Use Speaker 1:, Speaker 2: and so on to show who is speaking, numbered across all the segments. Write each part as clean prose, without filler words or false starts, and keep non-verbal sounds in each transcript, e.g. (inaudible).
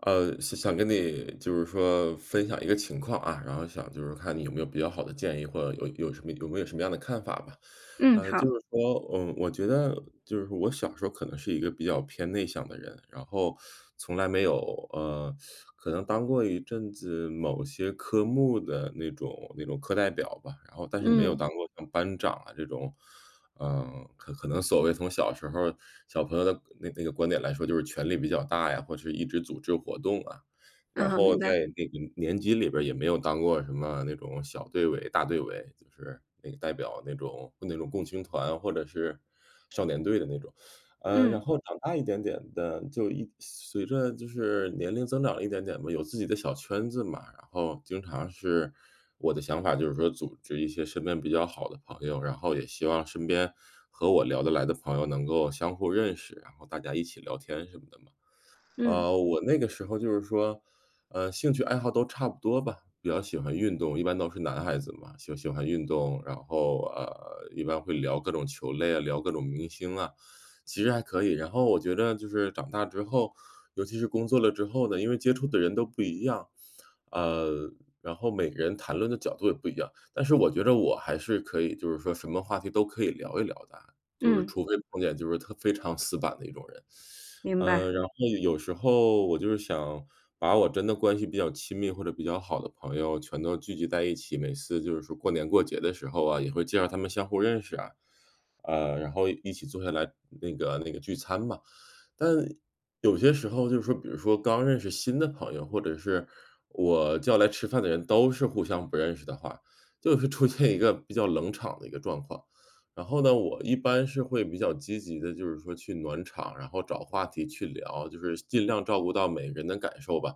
Speaker 1: 想想跟你就是说分享一个情况啊，然后想就是看你有没有比较好的建议，或者有没有什么样的看法吧。
Speaker 2: 嗯，
Speaker 1: 就
Speaker 2: 好，
Speaker 1: 是说，我觉得就是我小时候可能是一个比较偏内向的人，然后从来没有呃，可能当过一阵子某些科目的那种课代表吧，然后但是没有
Speaker 2: 嗯，
Speaker 1: 当过像班长啊这种。可能所谓从小时候小朋友的那个观点来说，就是权力比较大呀，或者是一直组织活动啊。然
Speaker 2: 嗯，好，
Speaker 1: 后
Speaker 2: 明白，
Speaker 1: 在那个年级里边儿也没有当过什么那种小队委、大队委，就是那个代表那种共青团或者是少年队的那种。然
Speaker 2: 嗯，
Speaker 1: 后长大一点点的，随着就是年龄增长了一点点吧，有自己的小圈子嘛，然后经常是我的想法就是说组织一些身边比较好的朋友，然后也希望身边和我聊得来的朋友能够相互认识，然后大家一起聊天什么的嘛。
Speaker 2: 嗯，
Speaker 1: 我那个时候就是说，兴趣爱好都差不多吧，比较喜欢运动，一般都是男孩子嘛，喜欢运动，然后一般会聊各种球类啊，聊各种明星啊，其实还可以。然后我觉得就是长大之后，尤其是工作了之后呢，因为接触的人都不一样，呃，然后每个人谈论的角度也不一样，但是我觉得我还是可以，就是说什么话题都可以聊一聊的啊，就是
Speaker 2: 嗯，
Speaker 1: 除非碰见就是特非常死板的一种人。
Speaker 2: 明白，
Speaker 1: 然后有时候我就是想把我真的关系比较亲密或者比较好的朋友全都聚集在一起，每次就是说过年过节的时候啊，也会介绍他们相互认识啊，然后一起坐下来那个聚餐嘛。但有些时候就是说，比如说刚认识新的朋友，或者是我叫来吃饭的人都是互相不认识的话，就是出现一个比较冷场的一个状况。然后呢，我一般是会比较积极的，就是说去暖场，然后找话题去聊，就是尽量照顾到每个人的感受吧。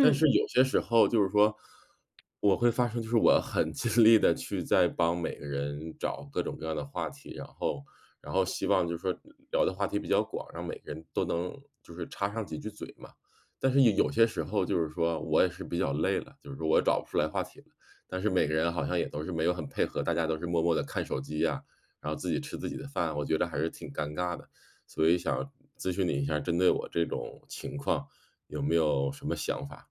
Speaker 1: 但是有些时候就是说，我会发生就是我很 (laughs) 尽力的去在帮每个人找各种各样的话题，然后希望就是说聊的话题比较广，让每个人都能就是插上几句嘴嘛。但是有些时候就是说我也是比较累了，就是说我也找不出来话题了，但是每个人好像也都是没有很配合，大家都是默默的看手机呀，然后自己吃自己的饭，我觉得还是挺尴尬的。所以想咨询你一下，针对我这种情况，有没有什么想法？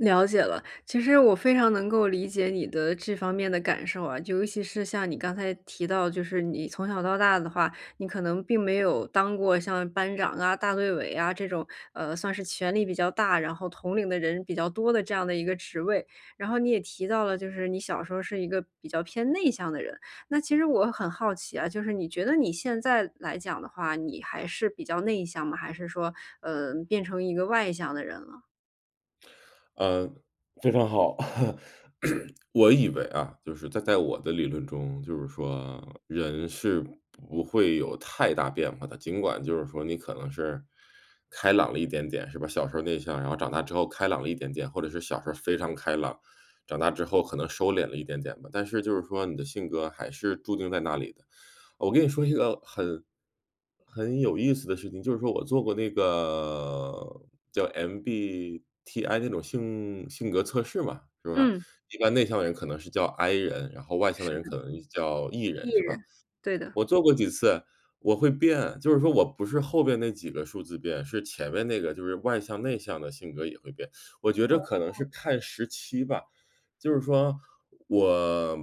Speaker 2: 了解了，其实我非常能够理解你的这方面的感受啊，就尤其是像你刚才提到，就是你从小到大的话，你可能并没有当过像班长啊、大队委啊这种，算是权力比较大，然后统领的人比较多的这样的一个职位。然后你也提到了，就是你小时候是一个比较偏内向的人。那其实我很好奇啊，就是你觉得你现在来讲的话，你还是比较内向吗？还是说，变成一个外向的人了？
Speaker 1: 嗯，非常好。(clears throat) (coughs) 我以为啊，就是在我的理论中，就是说人是不会有太大变化的，尽管就是说你可能是开朗了一点点，是吧？小时候内向，然后长大之后开朗了一点点，或者是小时候非常开朗，长大之后可能收敛了一点点吧。但是就是说你的性格还是注定在那里的。我跟你说一个很有意思的事情，就是说我做过那个叫 MBTI 那种性格测试嘛，是吧？
Speaker 2: 嗯，
Speaker 1: 一般内向的人可能是叫 I 人，然后外向的人
Speaker 2: 是
Speaker 1: 可能叫 E
Speaker 2: 艺
Speaker 1: 人，是
Speaker 2: 人，
Speaker 1: 吧？
Speaker 2: 对的，
Speaker 1: 我做过几次，我会变，就是说我不是后边那几个数字变，是前面那个就是外向内向的性格也会变。我觉着
Speaker 2: 哦。
Speaker 1: 可能是看时期吧，就是说我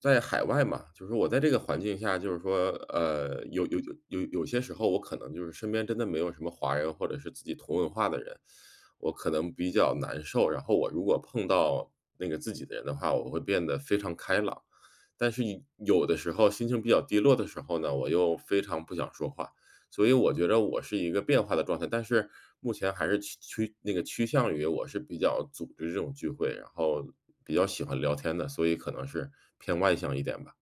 Speaker 1: 在海外嘛，就是我在这个环境下，就是说，有些时候我可能就是身边真的没有什么华人或者是自己同文化的人，我可能比较难受。然后我如果碰到那个自己的人的话，我会变得非常开朗。但是你有的时候心情比较低落的时候呢，我又非常不想说话。所以我觉得我是一个变化的状态，但是目前还是趋趋那个趋向于我是比较组织这种聚会，然后比较喜欢聊天的，所以可能是偏外向一点吧。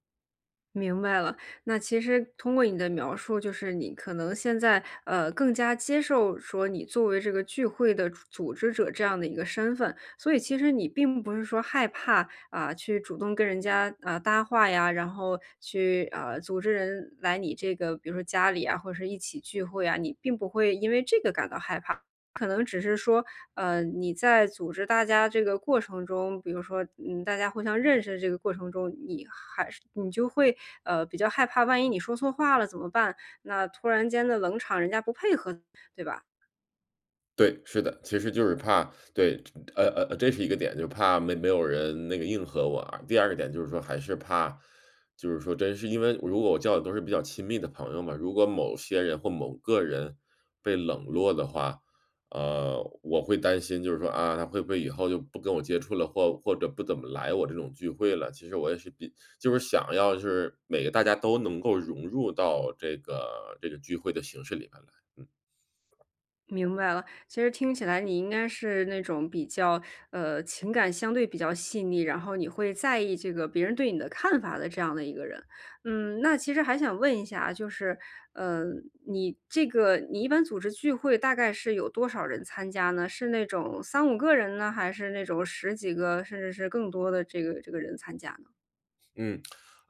Speaker 2: 明白了。那其实通过你的描述，就是你可能现在，更加接受说你作为这个聚会的主组织者这样的一个身份，所以其实你并不是说害怕，啊，去主动跟人家，啊，搭话呀，然后去，组织人来你这个比如说家里啊，或者是一起聚会啊，你并不会因为这个感到害怕。可能只是说，你在组织大家这个过程中，比如说，嗯，大家互相认识的这个过程中，你还是你就会，比较害怕，万一你说错话了怎么办？那突然间的冷场，人家不配合，对吧？
Speaker 1: 对，是的，其实就是怕对，这是一个点，就怕没有人那个应和我啊。第二个点就是说还是怕，就是说真是因为如果我叫的都是比较亲密的朋友嘛，如果某些人或某个人被冷落的话，我会担心就是说啊，他会不会以后就不跟我接触了，或者不怎么来我这种聚会了。其实我也是就是想要是每个大家都能够融入到这个这个聚会的形式里面来。嗯
Speaker 2: 明白了，其实听起来你应该是那种比较，情感相对比较细腻，然后你会在意这个别人对你的看法的这样的一个人。嗯，那其实还想问一下啊，就是，呃，你这个你一般组织聚会大概是有多少人参加呢？是那种三五个人呢，还是那种十几个，甚至是更多的这个人参加呢？
Speaker 1: 嗯。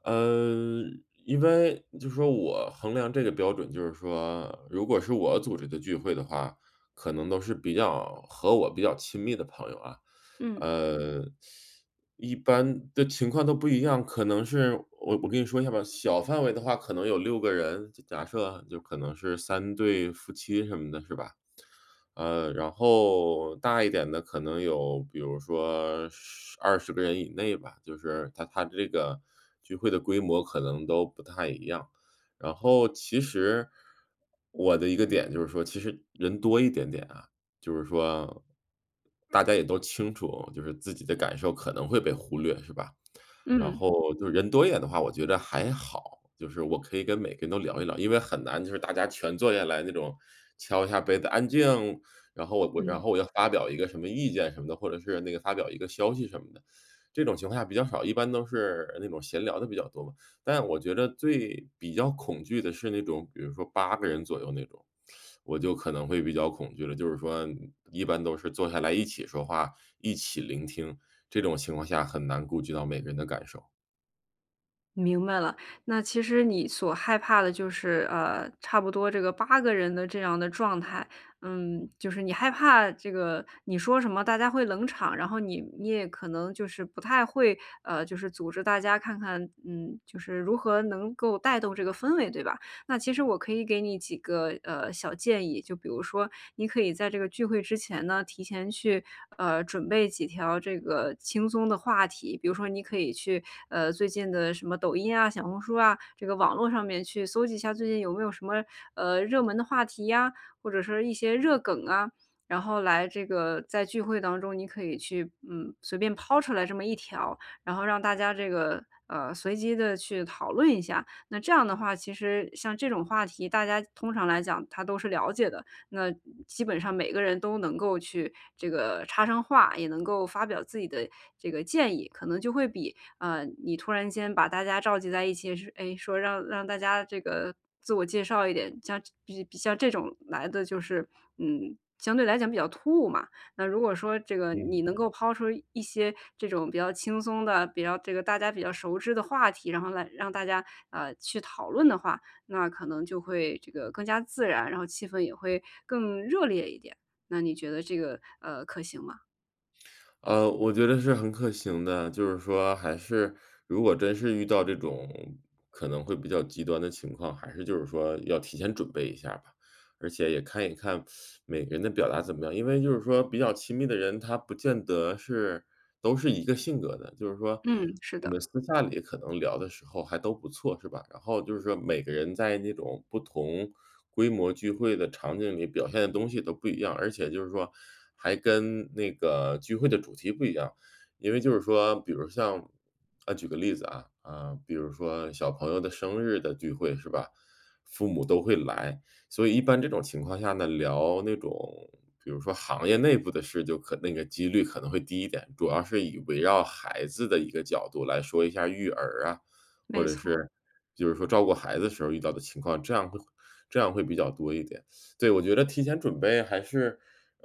Speaker 1: 呃，因为就是说我衡量这个标准，就是说，如果是我组织的聚会的话，可能都是比较和我比较亲密的朋友啊，
Speaker 2: 嗯。
Speaker 1: 呃，一般的情况都不一样，可能是我跟你说一下吧，小范围的话可能有六个人，就假设就可能是三对夫妻什么的，是吧？然后大一点的可能有比如说十二十个人以内吧，就是他这个聚会的规模可能都不太一样。然后其实我的一个点就是说，其实人多一点点啊，就是说大家也都清楚，就是自己的感受可能会被忽略，是吧？然
Speaker 2: 嗯
Speaker 1: 后就是人多一点的话，我觉得还好，就是我可以跟每个人都聊一聊，因为很难就是大家全坐下来那种敲一下杯子，安静，然后我我然
Speaker 2: 嗯。
Speaker 1: 后我要发表一个什么意见什么的，或者是那个发表一个消息什么的，这种情况下比较少，一般都是那种闲聊的比较多嘛。但我觉得最比较恐惧的是那种，比如说八个人左右那种，我就可能会比较恐惧了。就是说一般都是坐下来一起说话，一起聆听，这种情况下很难顾及到每个人的感受。
Speaker 2: 明白了，那其实你所害怕的就是，差不多这个八个人的这样的状态。嗯，就是你害怕这个你说什么大家会冷场，然后你也可能就是不太会，就是组织大家看看，嗯，就是如何能够带动这个氛围，对吧？那其实我可以给你几个小建议，就比如说，你可以在这个聚会之前呢，提前去准备几条这个轻松的话题，比如说你可以去最近的什么抖音啊、小红书啊，这个网络上面去搜集一下最近有没有什么热门的话题呀，或者是一些热梗啊。然后来这个在聚会当中，你可以去随便抛出来这么一条，然后让大家这个随机的去讨论一下，那这样的话，其实像这种话题，大家通常来讲他都是了解的，那基本上每个人都能够去这个插上话，也能够发表自己的这个建议，可能就会比你突然间把大家召集在一起，是哎说让大家这个自我介绍一点，像像这种来的就是相对来讲比较突兀嘛。那如果说这个你
Speaker 1: 嗯。
Speaker 2: 能够抛出一些这种比较轻松的、比较这个大家比较熟知的话题，然后来让大家，去讨论的话，那可能就会这个更加自然，然后气氛也会更热烈一点。那你觉得这个，可行吗？
Speaker 1: 我觉得是很可行的，就是说还是如果真是遇到这种可能会比较极端的情况，还是就是说要提前准备一下吧，而且也看一看每个人的表达怎么样。因为就是说比较亲密的人，他不见得是都是一个性格的，就是说
Speaker 2: 嗯，是
Speaker 1: 你
Speaker 2: 的，
Speaker 1: 们私下里可能聊的时候还都不错，是吧？然后就是说每个人在那种不同规模聚会的场景里表现的东西都不一样，而且就是说还跟那个聚会的主题不一样。因为就是说，比如像啊，举个例子啊，啊，比如说小朋友的生日的聚会是吧？父母都会来，所以一般这种情况下呢，聊那种比如说行业内部的事，就那个几率可能会低一点，主要是以围绕孩子的一个角度来说一下育儿啊，或
Speaker 2: 没
Speaker 1: 者
Speaker 2: 错。
Speaker 1: 是就是说照顾孩子时候遇到的情况，这样会比较多一点。对，我觉得提前准备还是，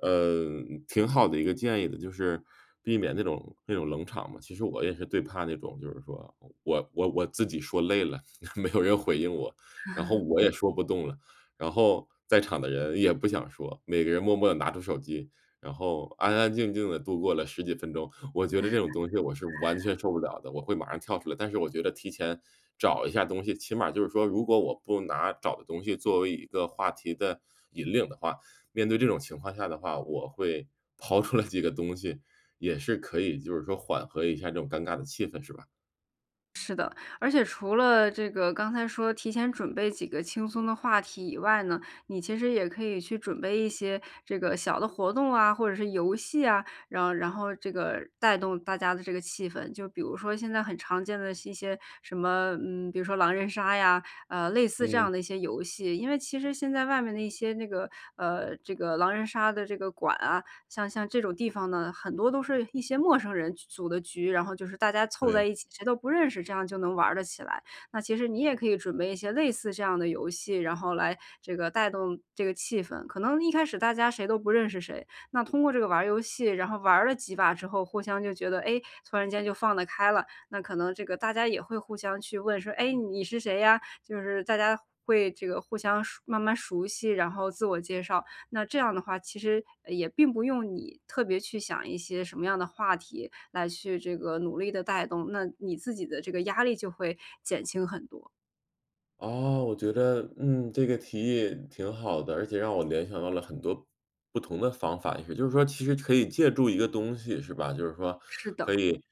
Speaker 1: 呃，挺好的一个建议的，就是避免那种冷场嘛。其实我也是最怕那种，就是说我自己说累了，(laughs) 没有人回应我，然后我也说不动了，然后在场的人也不想说，每个人默默的拿出手机，然后安安静静的度过了十几分钟。我觉得这种东西我是完全受不了的，我会马上跳出来。但是我觉得提前找一下东西，起码就是说，如果我不拿找的东西作为一个话题的引领的话，面对这种情况下的话，我会抛出来几个东西，也是可以就是说缓和一下这种尴尬的气氛，是吧？
Speaker 2: 而且除了这个刚才说提前准备几个轻松的话题以外呢，你其实也可以去准备一些这个小的活动啊，或者是游戏啊，然后这个带动大家的这个气氛。就比如说现在很常见的是一些什么，嗯，比如说狼人杀呀，类似这样
Speaker 1: 嗯，
Speaker 2: 的一些游戏。因为其实现在外面的一些那个这个狼人杀的这个馆啊，像这种地方呢，很多都是一些陌生人去组的局，然后就是大家凑在
Speaker 1: 对。
Speaker 2: 一起，谁都不认识，这样就能玩儿得起来。那其实你也可以准备一些类似这样的游戏，然后来这个带动这个气氛。可能一开始大家谁都不认识谁，那通过这个玩儿游戏，然后玩儿了几把之后，互相就觉得，哎，突然间就放得开了。那可能这个大家也会互相去问说，哎，你是谁呀？就是大家。会这个互相熟慢慢熟悉，然后自我介绍，那这样的话，其实也并不用你特别去想一些什么样的话题来去这个努力的带动，那你自己的这个压力就会减轻很多。
Speaker 1: 哦，我觉得，这个提议挺好的，而且让我联想到了很多不同的方法，也是就是说其实可以借助一个东西是吧？就是说
Speaker 2: 是的，
Speaker 1: 可以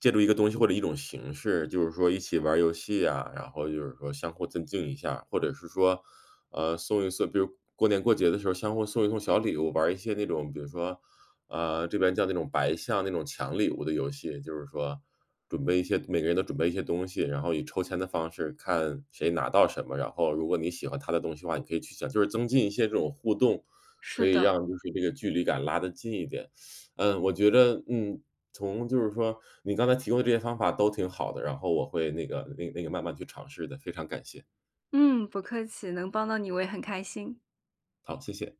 Speaker 1: 借助一个东西或者一种形式，就是说一起玩儿游戏啊，然后就是说相互增进一下，或者是说，送一送，比如过年过节的时候相互送一送小礼物，玩儿一些那种比如说，这边叫那种白象那种抢礼物的游戏，就是说准备一些每个人都准备一些东西，然后以抽签的方式看谁拿到什么，然后如果你喜欢他的东西的话，你可以去抢，就是增进一些这种互动，
Speaker 2: 是
Speaker 1: 可以
Speaker 2: 的，
Speaker 1: 让就是这个距离感拉得近一点。嗯，我觉得，从就是说你刚才提供的这些方法都挺好的，然后我会那个慢慢去尝试的，非常感谢。
Speaker 2: 嗯，不客气，能帮到你我也很开心。
Speaker 1: 好，谢谢。